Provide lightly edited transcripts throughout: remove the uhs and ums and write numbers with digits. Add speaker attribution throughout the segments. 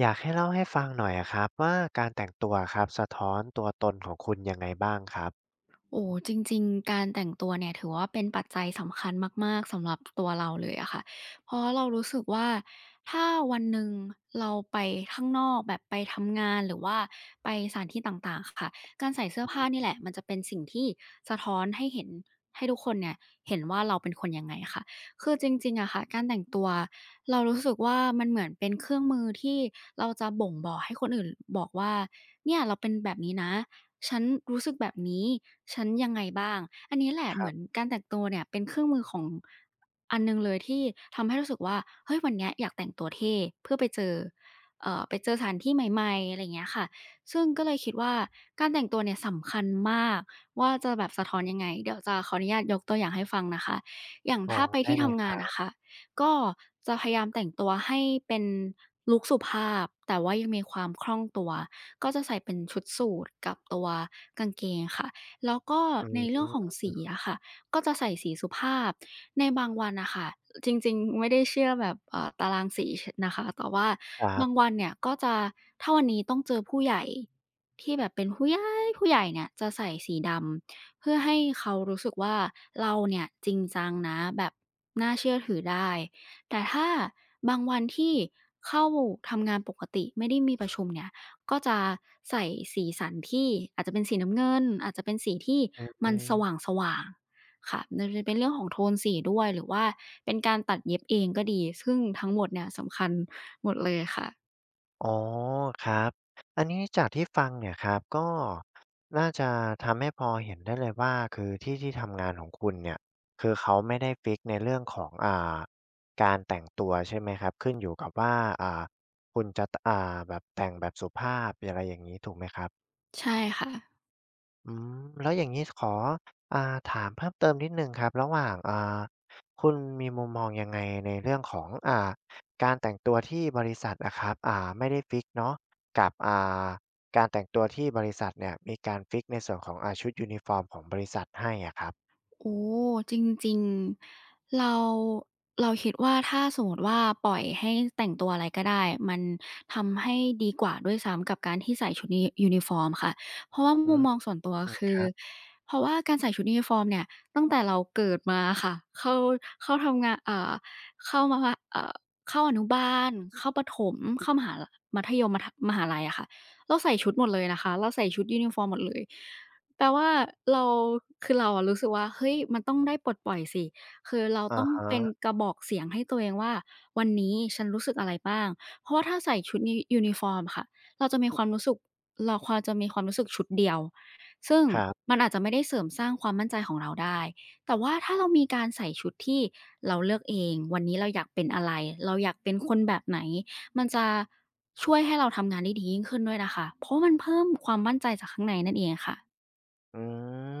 Speaker 1: อยากให้เล่าให้ฟังหน่อยอะครับว่าการแต่งตัวครับสะท้อนตัวตนของคุณยังไงบ้างครับ
Speaker 2: โอ้จริงๆการแต่งตัวเนี่ยถือว่าเป็นปัจจัยสำคัญมากๆสำหรับตัวเราเลยอะค่ะเพราะเรารู้สึกว่าถ้าวันหนึ่งเราไปข้างนอกแบบไปทำงานหรือว่าไปสถานที่ต่างๆค่ะการใส่เสื้อ
Speaker 1: อื
Speaker 2: ผ้านี่
Speaker 1: ม
Speaker 2: แหละมันจะเป็นสิ่งที่สะท้อนให้เห็นให้ทุกคนเนี่ยเห็นว่าเราเป็นคนยังไงค่ะคือจริงๆอะค่ะการแต่งตัวเรารู้สึกว่ามันเหมือนเป็นเครื่องมือที่เราจะบ่งบอกให้คนอื่นบอกว่าเนี่ยเราเป็นแบบนี้นะ ฉันรู้สึกแบบนี้ ฉันยังไงบ้างอันนี้แหละ
Speaker 1: ค
Speaker 2: เห
Speaker 1: รั
Speaker 2: มือน
Speaker 1: บ
Speaker 2: การแต่งตัวเนี่ยเป็นเครื่องมือของอันหนึ่งเลยที่ทำให้รู้สึกว่า เฮ้ยวันเนี้ยอยากแต่งตัวเท่เพื่อไปเจอไปเจอสถานที่ใหม่ๆอะไรอย่างเงี้ยค่ะซึ่งก็เลยคิดว่าการแต่งตัวเนี่ยสำคัญมากว่าจะแบบสะท้อนยังไงเดี๋ยวจะขออนุญาตยกตัวอย่างให้ฟังนะคะอย่าง
Speaker 1: อ๋อ
Speaker 2: ถ้าไป
Speaker 1: ได้
Speaker 2: ที่
Speaker 1: เลย
Speaker 2: ทำ
Speaker 1: ค
Speaker 2: งา
Speaker 1: รั
Speaker 2: นอะ
Speaker 1: บ
Speaker 2: ค่ะก็จะพยายามแต่งตัวให้เป็นลุกสุภาพแต่ว่ายังมีความคล่องตัว ก็จะใส่เป็นชุดสูทกับตัวกางเกงค่ะแล้วก็
Speaker 1: อื
Speaker 2: ในเรื่องของ
Speaker 1: ม
Speaker 2: สีอะค่ะก็จะใส่สีสุภาพ ในบางวันน่ะค่ะจริงๆไม่ได้เชื่อแบบตารางสีชนะคะแต่ว่า
Speaker 1: ครั
Speaker 2: บาง
Speaker 1: บ
Speaker 2: วันเนี่ยก็จะถ้าวันนี้ต้องเจอผู้ใหญ่ที่แบบเป็นผู้ใหญ่ผู้ใหญ่เนี่ยจะใส่สีดำเพื่อให้เขารู้สึกว่าเราเนี่ยจริงจังนะแบบน่าเชื่อถือได้ แต่ถ้าบางวันที่เข้าทำงานปกติไม่ได้มีประชุมเนี่ย ก็จะใส่สีสันที่อาจจะเป็นสีน้ำเงินอาจจะเป็นสีที่
Speaker 1: อื
Speaker 2: มันส
Speaker 1: ม
Speaker 2: ว่างๆค่ะมันจะเป็นเรื่องของโทนสีด้วยหรือว่าเป็นการตัดเย็บเองก็ดีซึ่งทั้งหมดเนี่ยสำคัญหมดเลยค่ะ
Speaker 1: อ๋อครับอันนี้จากที่ฟังเนี่ยครับก็น่าจะทำให้พอเห็นได้เลยว่าคือที่ที่ทำงานของคุณเนี่ยคือเขาไม่ได้ฟิกซ์ในเรื่องของการแต่งตัวใช่ไหมครับขึ้นอยู่กับว่าอ่าคุณจะตแบบแต่งแบบสุภาพอะไรอย่างงี้ถูกไหมครับ
Speaker 2: ใช่ค่ะ
Speaker 1: อืมแล้วอย่างนี้ขออ่าถามเพิ่มเติมนิดหนึ่งครับระหว่างคุณมีมุมมองยังไงในเรื่องของการแต่งตัวที่บริษัทอะครับไม่ได้ฟิกซ์เนาะกับการแต่งตัวที่บริษัทเนี่ยมีการฟิกซ์ในส่วนของชุดยูนิฟอร์มของบริษัทให้อะครับ
Speaker 2: โอ้จริงๆเราคิดว่าถ้าสมมติว่าปล่อยให้แต่งตัวอะไรก็ได้มันทำให้ดีกว่าด้วยซ้ำกับการที่ใส่ชุดยูนิฟอร์มค่ะเพราะว่า
Speaker 1: อื
Speaker 2: มุม
Speaker 1: ม
Speaker 2: มองส่วนตัว
Speaker 1: ค
Speaker 2: คือ
Speaker 1: รับ
Speaker 2: เพราะว่าการใส่ชุดยูนิฟอร์มเนี่ยตั้งแต่เราเกิดมาค่ะเข้าทำงานเข้ามหาเอ่อเข้าอนุบาลเข้าประถมเข้ามหามัธยมมัธมหาลัยอะค่ะเราใส่ชุดหมดเลยนะคะเราใส่ชุดยูนิฟอร์มหมดเลย แต่ว่าเราคือเราอะรู้สึกว่าเฮ้ยมันต้องได้ปลดปล่อยสิคือเรา
Speaker 1: อะ
Speaker 2: ต้องเป็น
Speaker 1: ฮะ
Speaker 2: กระบอกเสียงให้ตัวเองว่าวันนี้ฉันรู้สึกอะไรบ้างเพราะว่าถ้าใส่ชุดยูนิฟอร์มค่ะเราจะมีความรู้สึกเราความจะมีความรู้สึกชุดเดียวซึ่ง
Speaker 1: ครับ
Speaker 2: มันอาจจะไม่ได้เสริมสร้างความมั่นใจของเราได้แต่ว่าถ้าเรามีการใส่ชุดที่เราเลือกเองวันนี้เราอยากเป็นอะไรเราอยากเป็นคนแบบไหนมันจะช่วยให้เราทำงานได้ดียิ่งขึ้นด้วยนะคะเพราะว่ามันเพิ่มความมั่นใจจากข้างในนั่นเองค่ะ
Speaker 1: อื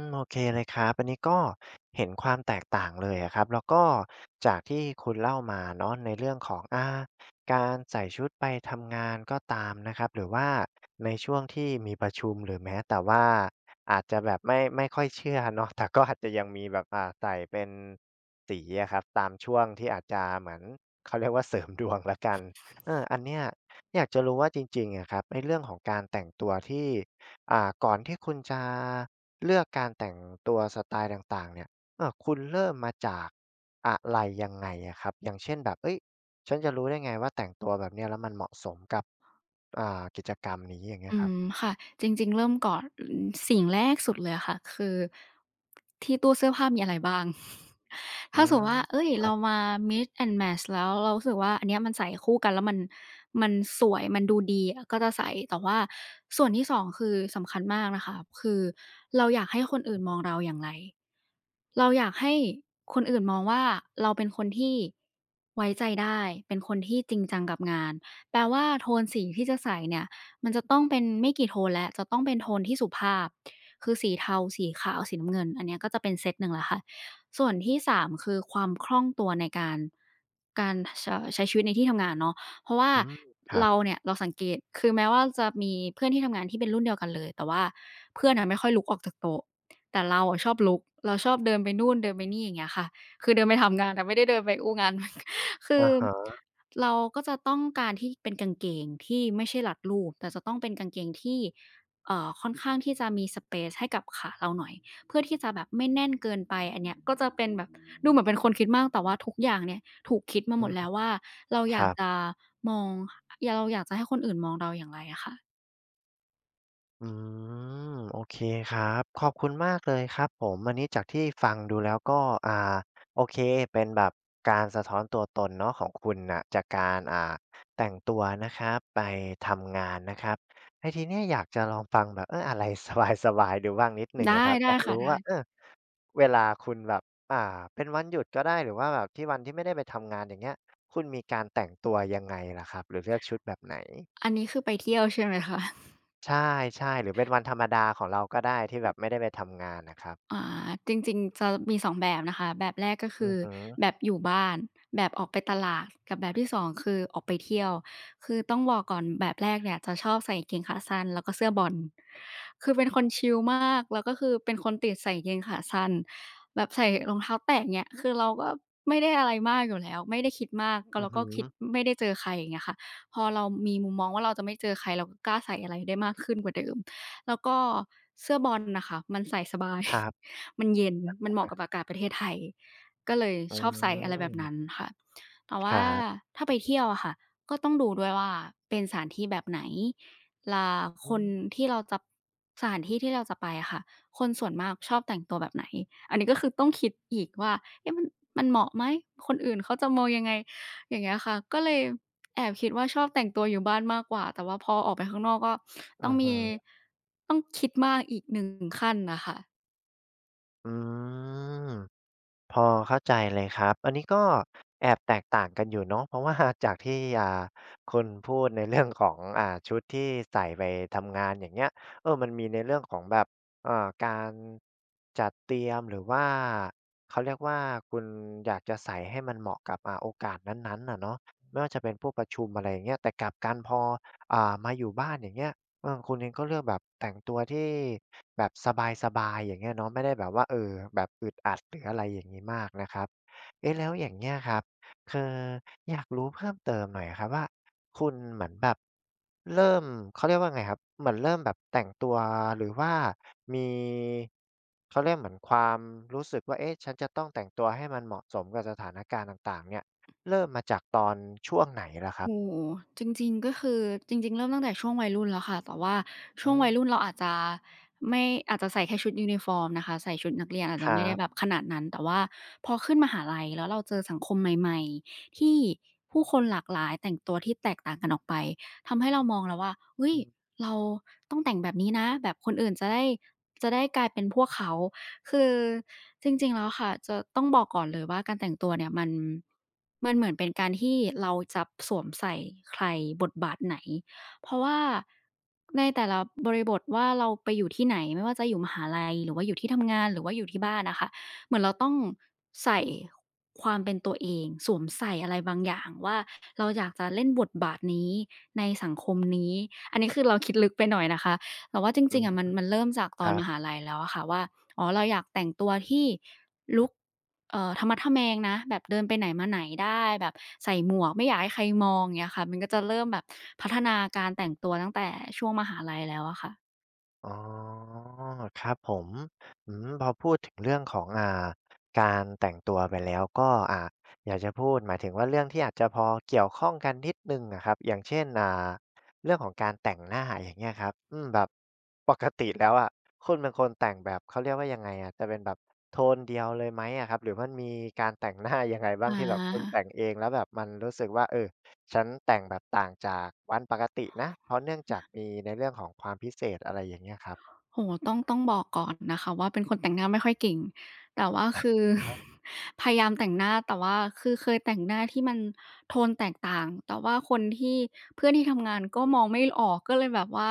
Speaker 1: มโอเคเลยครับอันนี้ก็เห็นความแตกต่างเลยอะครับแล้วก็จากที่คุณเล่ามาเนาะในเรื่องของอาการใส่ชุดไปทำงานก็ตามนะครับหรือว่าในช่วงที่มีประชุมหรือแม้แต่ว่าอาจจะแบบไม่ไม่ค่อยเชื่อเนาะ แต่ก็อาจจะยังมีแบบใส่เป็นสีอะครับตามช่วงที่อาจจะเหมือนเขาเรียกว่าเสริมดวงละกันเอออันเนี้ยอยากจะรู้ว่าจริงๆอะครับในเรื่องของการแต่งตัวที่ ก่อนที่คุณจะเลือกการแต่งตัวสไตล์ต่างๆเนี่ยเออคุณเริ่มมาจากอะไรยังไงอะครับอย่างเช่นแบบเฮ้ยฉันจะรู้ได้ไงว่าแต่งตัวแบบเนี้ยแล้วมันเหมาะสมกับกิจกรรมนี้อย่างเงี้ย
Speaker 2: อื
Speaker 1: ครั
Speaker 2: ม
Speaker 1: บ
Speaker 2: ค่ะจริงๆเริ่มก่อนสิ่งแรกสุดเลยอะค่ะคือที่ตู้เสื้อผ้ามีอะไรบ้าง
Speaker 1: อื
Speaker 2: ถ้าสมมุติว่า
Speaker 1: ม
Speaker 2: เฮ้ยเรามา mix and match แล้วเรารู้สึกว่าอันเนี้ยมันใส่คู่กันแล้วมันสวยมันดูดีก็จะใส่แต่ว่าส่วนที่สองคือสำคัญมากนะคะคือเราอยากให้คนอื่นมองเราอย่างไร เราอยากให้คนอื่นมองว่าเราเป็นคนที่ไว้ใจได้ เป็นคนที่จริงจังกับงาน แปลว่าโทนสีที่จะใส่เนี่ยมันจะต้องเป็นไม่กี่โทนแล้ว จะต้องเป็นโทนที่สุภาพ คือสีเทาสีขาวสีน้ำเงินอันเนี้ยก็จะเป็นเซตหนึ่งแล้วค่ะส่วนที่3คือความคล่องตัวในการชใช้ชีวิตในที่ทำงานเนาะเพราะว่า
Speaker 1: อืมครับ
Speaker 2: เราเนี่ยเราสังเกตคือแม้ว่าจะมีเพื่อนที่ทำงานที่เป็นรุ่นเดียวกันเลยแต่ว่าเพื่อนน่ะไม่ค่อยลุกออกจากโต๊ะ แต่เราอะชอบลุกเราชอบเดินไปนู่นเดินไปนี่อย่างเงี้ยค่ะคือเดินไปทำงานแต่ไม่ได้เดินไปอู้งาน คือ
Speaker 1: อะฮะ
Speaker 2: เราก็จะต้องการที่เป็นกางเกงที่ไม่ใช่รัดรูปแต่จะต้องเป็นกางเกงที่ค่อนข้างที่จะมีสเปซให้กับขาเราหน่อยเพื่อที่จะแบบไม่แน่นเกินไปอันเนี้ยก็จะเป็นแบบดูเหมือนเป็นคนคิดมากแต่ว่าทุกอย่างเนี่ยถูกคิดมา
Speaker 1: อื
Speaker 2: หมด
Speaker 1: ม
Speaker 2: แล้วว่าเรา
Speaker 1: ค
Speaker 2: อยา
Speaker 1: รั
Speaker 2: ก
Speaker 1: บ
Speaker 2: จะมองเราอยากจะให้คนอื่นมองเราอย่างไรอะค่ะ
Speaker 1: อืมโอเคครับขอบคุณมากเลยครับผมวันนี้จากที่ฟังดูแล้วก็อ่าโอเคเป็นแบบการสะท้อนตัวตนเนาะของคุณน่ะจากการแต่งตัวนะครับไปทำงานนะครับไอ้ทีเนี้ยอยากจะลองฟังแบบเอออะไร สบายๆดูบ้างนิดหนึ่งอะ
Speaker 2: ได้
Speaker 1: ครับอ
Speaker 2: ได้
Speaker 1: ยาก
Speaker 2: ค่ะ
Speaker 1: รู้
Speaker 2: ได้
Speaker 1: ว่าเออเวลาคุณแบบอ่าเป็นวันหยุดก็ได้หรือว่าแบบที่วันที่ไม่ได้ไปทำงานอย่างเงี้ยคุณมีการแต่งตัวยังไงล่ะครับหรือเลือกชุดแบบไหน
Speaker 2: อันนี้คือไปเที่ยวใช่ไหมคะ
Speaker 1: ใช่ๆหรือเป็นวันธรรมดาของเราก็ได้ที่แบบไม่ได้ไปทำงานน่ะครับ
Speaker 2: อ่าจริงๆจะมีสองแบบนะคะแบบแรกก็
Speaker 1: อื
Speaker 2: คื
Speaker 1: อ
Speaker 2: อ
Speaker 1: ฮึ
Speaker 2: แบบอยู่บ้านแบบออกไปตลาดกับแบบที่สองคือออกไปเที่ยวคือต้องบอกก่อนแบบแรกเนี่ยจะชอบใส่กางเกงขาสั้นแล้วก็เสื้อบอลคือเป็นคนชิลมากแล้วก็คือเป็นคนติดใส่กางเกงขาสั้นแบบใส่รองเท้าแตะอย่างเงี้ยคือเราก็ไม่ได้อะไรมากอยู่แล้วไม่ได้คิดมากก็
Speaker 1: อือ
Speaker 2: เรา
Speaker 1: ฮึ
Speaker 2: ก็คิดไม่ได้เจอใครอย่างเงี้ยค่ะพอเรามีมุมมองว่าเราจะไม่เจอใครเราก็กล้าใส่อะไรได้มากขึ้นกว่าเดิม แล้วก็เสื้อบอลน่ะค่ะมันใส่สบาย
Speaker 1: ครับ
Speaker 2: มันเย็นมันเหมาะกับอากาศประเทศไทยก็เลย
Speaker 1: อื
Speaker 2: ชอบใส่อะไรแบบนั้น
Speaker 1: ม
Speaker 2: ค่ะแต่
Speaker 1: ค
Speaker 2: ว่า
Speaker 1: รับ
Speaker 2: ถ้าไปเที่ยวอะค่ะก็ต้องดูด้วยว่าเป็นสถานที่แบบไหนลาค
Speaker 1: อื
Speaker 2: น
Speaker 1: ม
Speaker 2: ที่เราจะสถานที่ที่เราจะไปอะค่ะคนส่วนมากชอบแต่งตัวแบบไหนอันนี้ก็คือต้องคิดอีกว่าเอ๊ะมันเหมาะไหมคนอื่นเขาจะมองยังไงอย่างเงี้ยค่ะก็เลย แอบคิดว่าชอบแต่งตัวอยู่บ้านมากกว่าแต่ว่าพอออกไปข้างนอกก็
Speaker 1: อื
Speaker 2: ต้อง
Speaker 1: อฮึ
Speaker 2: มีต้องคิดมากอีกหนึ่งขั้นน่ะค่ะ
Speaker 1: อืม พอเข้าใจเลยครับอันนี้ก็แอบแตกต่างกันอยู่เนาะเพราะว่า จากที่คุณพูดในเรื่องของชุดที่ใส่ไปทำงานอย่างเงี้ยเออมันมีในเรื่องของแบบการจัดเตรียมหรือว่าเขาเรียกว่าคุณอยากจะใส่ให้มันเหมาะกับโอกาสนั้นๆน่ะเนาะไม่ว่าจะเป็นพวกประชุมอะไรอย่างเงี้ยแต่กลับการพอมาอยู่บ้านอย่างเงี้ย เออคุณเองก็เลือกแบบแต่งตัวที่แบบสบายๆอย่างเงี้ยเนาะไม่ได้แบบว่าเออแบบอึดอัดหรืออะไรอย่างงี้มากนะครับเอ๊ะแล้วอย่างเงี้ยครับคืออยากรู้เพิ่มเติมหน่อยอะครับว่าคุณเหมือนแบบเริ่มเขาเรียกว่าไงครับเหมือนเริ่มแบบแต่งตัวหรือว่ามีเขาเรียกเหมือนความรู้สึกว่าเอ๊ะฉันจะต้องแต่งตัวให้มันเหมาะสมกับสถานการณ์ต่างๆเนี่ยเริ่มมาจากตอนช่วงไหนล่ะครับ
Speaker 2: โอ้โฮจริงๆก็คือจริงๆเริ่มตั้งแต่ช่วงวัยรุ่นแล้วค่ะแต่ว่าช่ว
Speaker 1: อื
Speaker 2: งวัยรุ่น
Speaker 1: ม
Speaker 2: เราอาจจะไม่อาจจะใส่แค่ชุดยูนิฟอร์มนะคะใส่ชุดนักเรียนอาจ
Speaker 1: ค
Speaker 2: จะ
Speaker 1: รั
Speaker 2: ไม่ได้แบบ
Speaker 1: บ
Speaker 2: ขนาดนั้นแต่ว่าพอขึ้นมหาลัยแล้วเราเจอสังคมใหม่ๆที่ผู้คนหลากหลายแต่งตัวที่แตกต่างกันออกไปทำให้เรามองแล้วว่าเฮ้ย
Speaker 1: อืม
Speaker 2: เราต้องแต่งแบบนี้นะแบบคนอื่นจะได้จะได้กลายเป็นพวกเขา คือจริงๆแล้วค่ะจะต้องบอกก่อนเลยว่าการแต่งตัวเนี่ยมันเหมือนเป็นการที่เราจะสวมใส่ใครบทบาทไหนเพราะว่าในแต่ละบริบทว่าเราไปอยู่ที่ไหนไม่ว่าจะอยู่มหาลัยหรือว่าอยู่ที่ทำงานหรือว่าอยู่ที่บ้านอะค่ะเหมือนเราต้องใส่ความเป็นตัวเองสวมใส่อะไรบางอย่างว่าเราอยากจะเล่นบทบาทนี้ในสังคมนี้อันนี้คือเราคิดลึกไปหน่อยนะคะแต่ว่าจ
Speaker 1: อื
Speaker 2: ริง
Speaker 1: ม
Speaker 2: ๆอะมันเริ่มจาก
Speaker 1: ค
Speaker 2: ตอ
Speaker 1: รั
Speaker 2: นมหา
Speaker 1: บ
Speaker 2: ลัยแล้วอะค่ะว่า อ๋อเราอยากแต่งตัวที่ลุกทะมัดทะแมงนะแบบเดินไปไหนมาไหนได้แบบใส่หมวกไม่อยากให้ใครมองอย่างเงี้ยค่ะมันก็จะเริ่มแบบพัฒนาการแต่งตัวตั้งแต่ช่วงมหาลัยแล้วอะค่ะ
Speaker 1: อ๋อครับผมอืมพอพูดถึงเรื่องของการแต่งตัวไปแล้วก็อ่าอยากจะพูดหมายถึงว่าเรื่องที่อาจจะพอเกี่ยวข้องกันนิดหนึ่งอะครับอย่างเช่นเรื่องของการแต่งหน้าอย่างเงี้ยครับอืมแบบปกติแล้วอ่ะคุณเป็นคนแต่งแบบเขาเรียกว่ายังไงอะจะเป็นแบบโทนเดียวเลยไหมอะครับหรือมันมีการแต่งหน้ายังไงบ้าง
Speaker 2: อา
Speaker 1: ที่แบบคุณแต่งเองแล้วแบบมันรู้สึกว่าเออ ฉันแต่งแบบต่างจากวันปกตินะเพราะเนื่องจากมีในเรื่องของความพิเศษอะไรอย่างเงี้ยครับ
Speaker 2: โอ้โฮต้องบอกก่อนนะคะว่าเป็นคนแต่งหน้าไม่ค่อยเก่ง แต่ว่าคือ พยายามแต่งหน้า แต่ว่าคือเคยแต่งหน้าที่มันโทนแตกต่าง แต่ว่าคนที่เพื่อนที่ทำงานก็มองไม่ออกก็เลยแบบว่า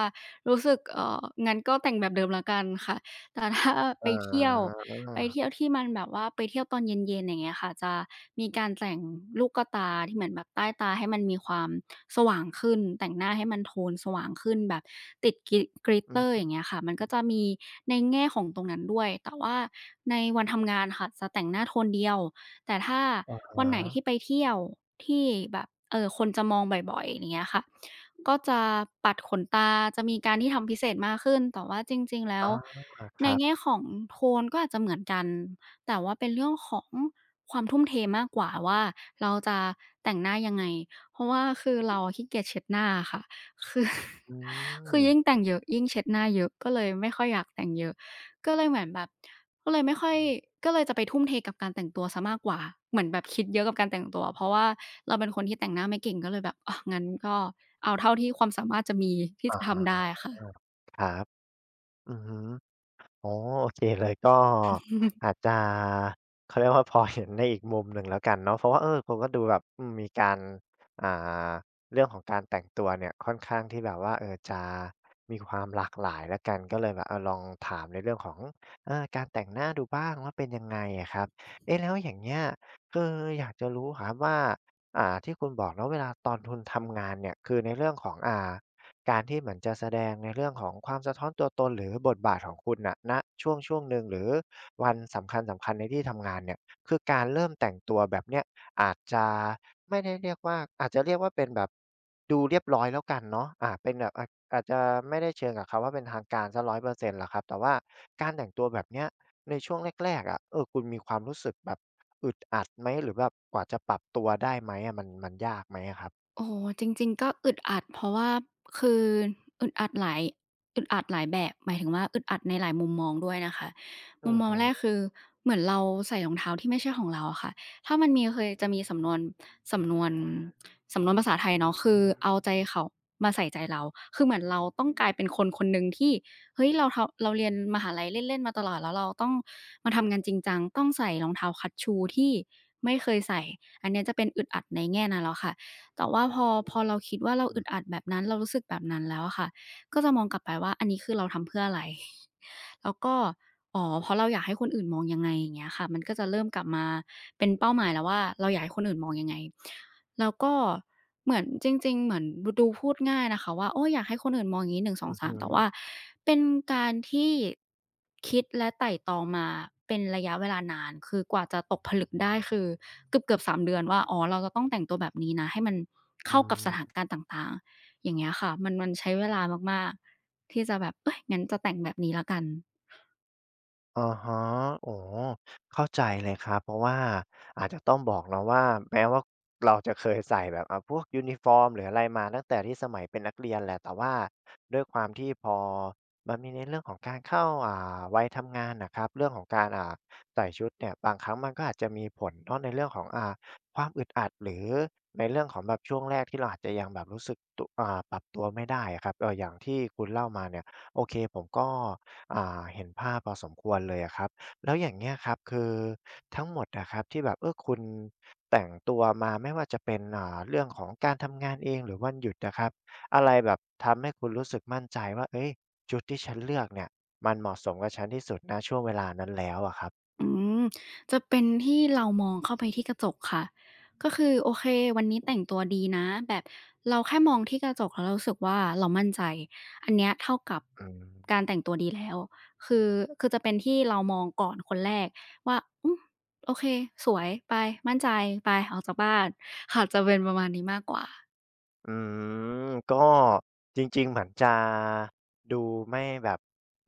Speaker 2: รู้สึกงั้นก็แต่งแบบเดิมแล้วกันค่ะ แต่ถ้า
Speaker 1: อ
Speaker 2: ไปเที่ยว
Speaker 1: า
Speaker 2: ไปเที่ยวที่มันแบบว่าไปเที่ยวตอนเย็นๆอย่างเงี้ยค่ะจะมีการแต่งลูกกะตาที่เหมือนแบบใต้ตาให้มันมีความ สว่างขึ้นแต่งหน้าให้มันโทนสว่างขึ้นแบบติด
Speaker 1: อื
Speaker 2: glitter อ
Speaker 1: ม
Speaker 2: ย่างเงี้ยค่ะมันก็จะมีในแง่ของตรงนั้นด้วยแต่ว่าในวันทำงานค่ะจะแต่งหน้าโทนเดียวแต่ถ้า
Speaker 1: อะ
Speaker 2: วัน
Speaker 1: ฮะ
Speaker 2: ไหนที่ไปเที่ยวที่แบบคนจะมองบ่อยๆอย่างเงี้ยค่ะก็จะปัดขนตาจะมีการที่ทำพิเศษมากขึ้นแต่ว่าจริงๆแล้ว
Speaker 1: อาค
Speaker 2: ใน
Speaker 1: รับ
Speaker 2: แง่ของโทนก็อาจจะเหมือนกันแต่ว่าเป็นเรื่องของความทุ่มเทมากกว่าว่าเราจะแต่งหน้ายังไง เพราะว่าคือเราอะขี้เกียจเช็ดหน้าอะค่ะ คือ
Speaker 1: อื
Speaker 2: คือ
Speaker 1: ม
Speaker 2: ยิ่งแต่งเยอะยิ่งเช็ดหน้าเยอะก็เลยไม่ค่อยอยากแต่งเยอะก็เลยเหมือนแบบก็เลยไม่ค่อยก็เลยจะไปทุ่มเทกับการแต่งตัวเสียมากกว่าเหมือนแบบคิดเยอะกับการแต่งตัวเพราะว่าเราเป็นคนที่แต่งหน้าไม่เก่งก็เลยแบบอะงั้นก็เอาเท่าที่ความสามารถจะมีที่
Speaker 1: อะ
Speaker 2: จะทำได้
Speaker 1: ฮะ
Speaker 2: อะค่ะ
Speaker 1: ครับอือฮึ อ๋อโอเคเลยก็อาจจะเขาเรียกว่า พอเห็นในอีกมุมหนึ่งแล้วกันเนาะเพราะว่าผมก็ดูแบบมีการอ่าเรื่องของการแต่งตัวเนี่ยค่อนข้างที่แบบว่าจะมีความหลากหลายแล้วกันก็เลยแบบลองถามในเรื่องของการแต่งหน้าดูบ้างว่าเป็นยังไงอะครับเอ๊ะแล้วอย่างเงี้ยคืออยากจะรู้ครับว่าที่คุณบอกเนาะเวลาตอนทุนทำงานเนี่ยคือในเรื่องของการที่เหมือนจะแสดงในเรื่องของความสะท้อนตัวตนหรือบทบาทของคุณน่ะณช่วงหนึ่งหรือวันสำคัญๆในที่ทำงานเนี่ยคือการเริ่มแต่งตัวแบบเนี้ยอาจจะไม่ได้เรียกว่าอาจจะเรียกว่าเป็นแบบดูเรียบร้อยแล้วกันเนาะเป็นแบบอาจจะไม่ได้เชิงกับคำว่าเป็นทางการเสีย100%หรอกครับแต่ว่าการแต่งตัวแบบเนี้ยในช่วงแรกๆอะคุณมีความรู้สึกแบบอึดอัดไหมหรือแบบกว่าจะปรับตัวได้ไหมอะมันยากไหมอะครับ
Speaker 2: โอ้โฮจริงๆก็อึดอัดเพราะว่าคืออึดอัดหลายอึดอัดหลายแบบหมายถึงว่าอึดอัดในหลายมุมมองด้วยนะคะ
Speaker 1: อื
Speaker 2: มุม
Speaker 1: อ
Speaker 2: มอง
Speaker 1: ฮึ
Speaker 2: แรกคือเหมือนเราใส่รองเท้าที่ไม่ใช่ของเราอะค่ะถ้ามันมีเคยจะมีสำนวนสำนวนภาษาไทยเนาะคือเอาใจเขามาใส่ใจเราคือเหมือนเราต้องกลายเป็นคนคนหนึ่งที่เฮ้ยเราเรียนมหาลัยเล่นๆมาตลอดแล้วเราต้องมาทำงานจริงจังต้องใส่รองเท้าคัตชูที่ไม่เคยใส่อันเนี้ยจะเป็นอึดอัดในแง่นั้นแล้วค่ะ แต่ว่าพอเราคิดว่าเรา
Speaker 1: อื
Speaker 2: อึ
Speaker 1: อ
Speaker 2: ดอัดแบบนั้นเรารู้สึกแบบนั้นแล้วอะค่ะก็จะมองกลับไปว่าอันนี้คือเราทำเพื่ออะไรแล้วก็อ๋อเพราะเราอยากให้คนอื่นมองยังไงอย่างเงี้ยค่ะมันก็จะเริ่มกลับมาเป็นเป้าหมายแล้วว่าเราอยากให้คนอื่นมองยังไง แล้วก็เหมือนจริงๆเหมือนดูพูดง่ายนะคะว่าโอ้อยากให้คนอื่นมองอย่างงี้1
Speaker 1: อื
Speaker 2: 2
Speaker 1: อฮึ
Speaker 2: 3" แต่ว่าเป็นการที่คิดและไตร่ตรองมาเป็นระยะเวลานานคือกว่าจะตกผลึกได้คือเกือบๆสามเดือนว่าอ๋อเราจะต้องแต่งตัวแบบนี้นะให้มัน
Speaker 1: อื
Speaker 2: เข้ากับสถาน
Speaker 1: ม
Speaker 2: การณ์ต่างๆอย่างเงี้ยค่ะมันใช้เวลามากๆที่จะแบบเฮ้ยงั้นจะแต่งแบบนี้แล้วกัน
Speaker 1: ออฮะโอ๋เข้าใจเลยครับเพราะว่าอาจจะต้องบอกเนาะว่าแม้ว่าเราจะเคยใส่แบบพวกยูนิฟอร์มหรืออะไรมาตั้งแต่ที่สมัยเป็นนักเรียนแหละแต่ว่าด้วยความที่พอมันมีในเรื่องของการเข้าวัยทำงานนะครับเรื่องของการใส่ชุดเนี่ยบางครั้งมันก็อาจจะมีผลเนาะในเรื่องของความอึดอัดหรือในเรื่องของแบบช่วงแรกที่เราอาจจะยังแบบรู้สึกตวปรับตัวไม่ได้อะครับอย่างที่คุณเล่ามาเนี่ยโอเคผมก็ อ่าเห็นภาพพอสมควรเลยอะครับแล้วอย่างเงี้ยครับคือทั้งหมดอะครับที่แบบคุณแต่งตัวมาไม่ว่าจะเป็นเรื่องของการทำงานเองหรือวันหยุดอะครับอะไรแบบทำให้คุณรู้สึกมั่นใจว่าเฮ้ยชุดที่ฉันเลือกเนี่ยมันเหมาะสมกับฉันที่สุดณช่วงเวลานั้นแล้วอะครับ
Speaker 2: อืมจะเป็นที่เรามองเข้าไปที่กระจกค่ะก็คือโอเควันนี้แต่งตัวดีนะแบบเราแค่มองที่กระจกแล้วเรารู้สึกว่าเรามั่นใจอันเนี้ยเท่ากับ
Speaker 1: อืม
Speaker 2: การแต่งตัวดีแล้วคือคือจะเป็นที่เรามองก่อนคนแรกว่าอืมโอเคสวยไปมั่นใจไปออกจากบ้านค่ะจะเป็นประมาณนี้มากกว่า
Speaker 1: อืมก็จริงๆเหมือนจะดูไม่แบบ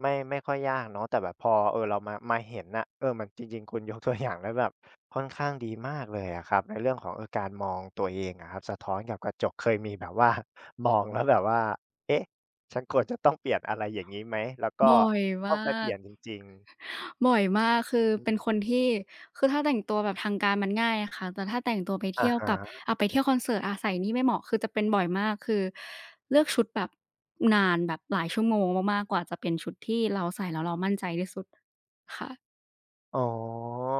Speaker 1: ไม่ค่อยยากเนาะแต่แบบพอเรามาเห็นน่ะมันจริงๆคุณยกตัวอย่างแล้วแบบค่อนข้างดีมากเลยอะครับในเรื่องของการมองตัวเองอะครับสะท้อนกับกระจกเคยมีแบบว่า มองแล้วแบบว่าเอ๊ะฉันควรจะต้องเปลี่ยนอะไรอย่างนี้ไหมแล้วก็
Speaker 2: บ่อยม
Speaker 1: ต้องไป
Speaker 2: า
Speaker 1: เปลี่
Speaker 2: ก
Speaker 1: ยนจริงๆ
Speaker 2: บ่อยมากคือ
Speaker 1: อ
Speaker 2: เป็นคน
Speaker 1: ม
Speaker 2: ที่คือถ้าแต่งตัวแบบทางการมันง่ายอะค่ะแต่ถ้าแต่งตัวไป
Speaker 1: อา
Speaker 2: เที่ยวกับ
Speaker 1: ฮะ
Speaker 2: อ่าไปเที่ยวคอนเสิร์ตอ่าใส่นี่ไม่เหมาะคือจะเป็นบ่อยมากคือเลือกชุดแบบนานแบบหลายชั่วโมงมากๆกว่าจะเป็นชุดที่เราใส่แล้วเรามั่นใจที่สุดค่ะ
Speaker 1: อ๋อ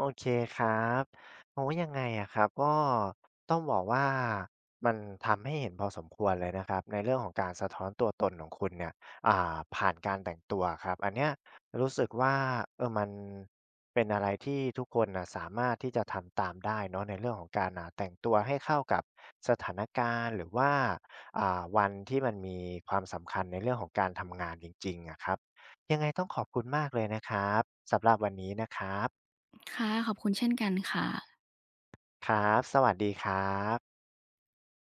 Speaker 1: โอเคครับโอ้ยังไงอะครับก็ต้องบอกว่ามันทำให้เห็นพอสมควรเลยนะครับในเรื่องของการสะท้อนตัวตนของคุณเนี่ยผ่านการแต่งตัวครับอันเนี้ยรู้สึกว่ามันเป็นอะไรที่ทุกคนน่ะสามารถที่จะทำตามได้เนาะในเรื่องของการแต่งตัวให้เข้ากับสถานการณ์หรือว่าวันที่มันมีความสำคัญในเรื่องของการทำงานจริงๆอะครับยังไงต้องขอบคุณมากเลยนะครับสำหรับวันนี้นะครับ
Speaker 2: ค่ะขอบคุณเช่นกันค่ะ
Speaker 1: ครับ สวัสดีครับ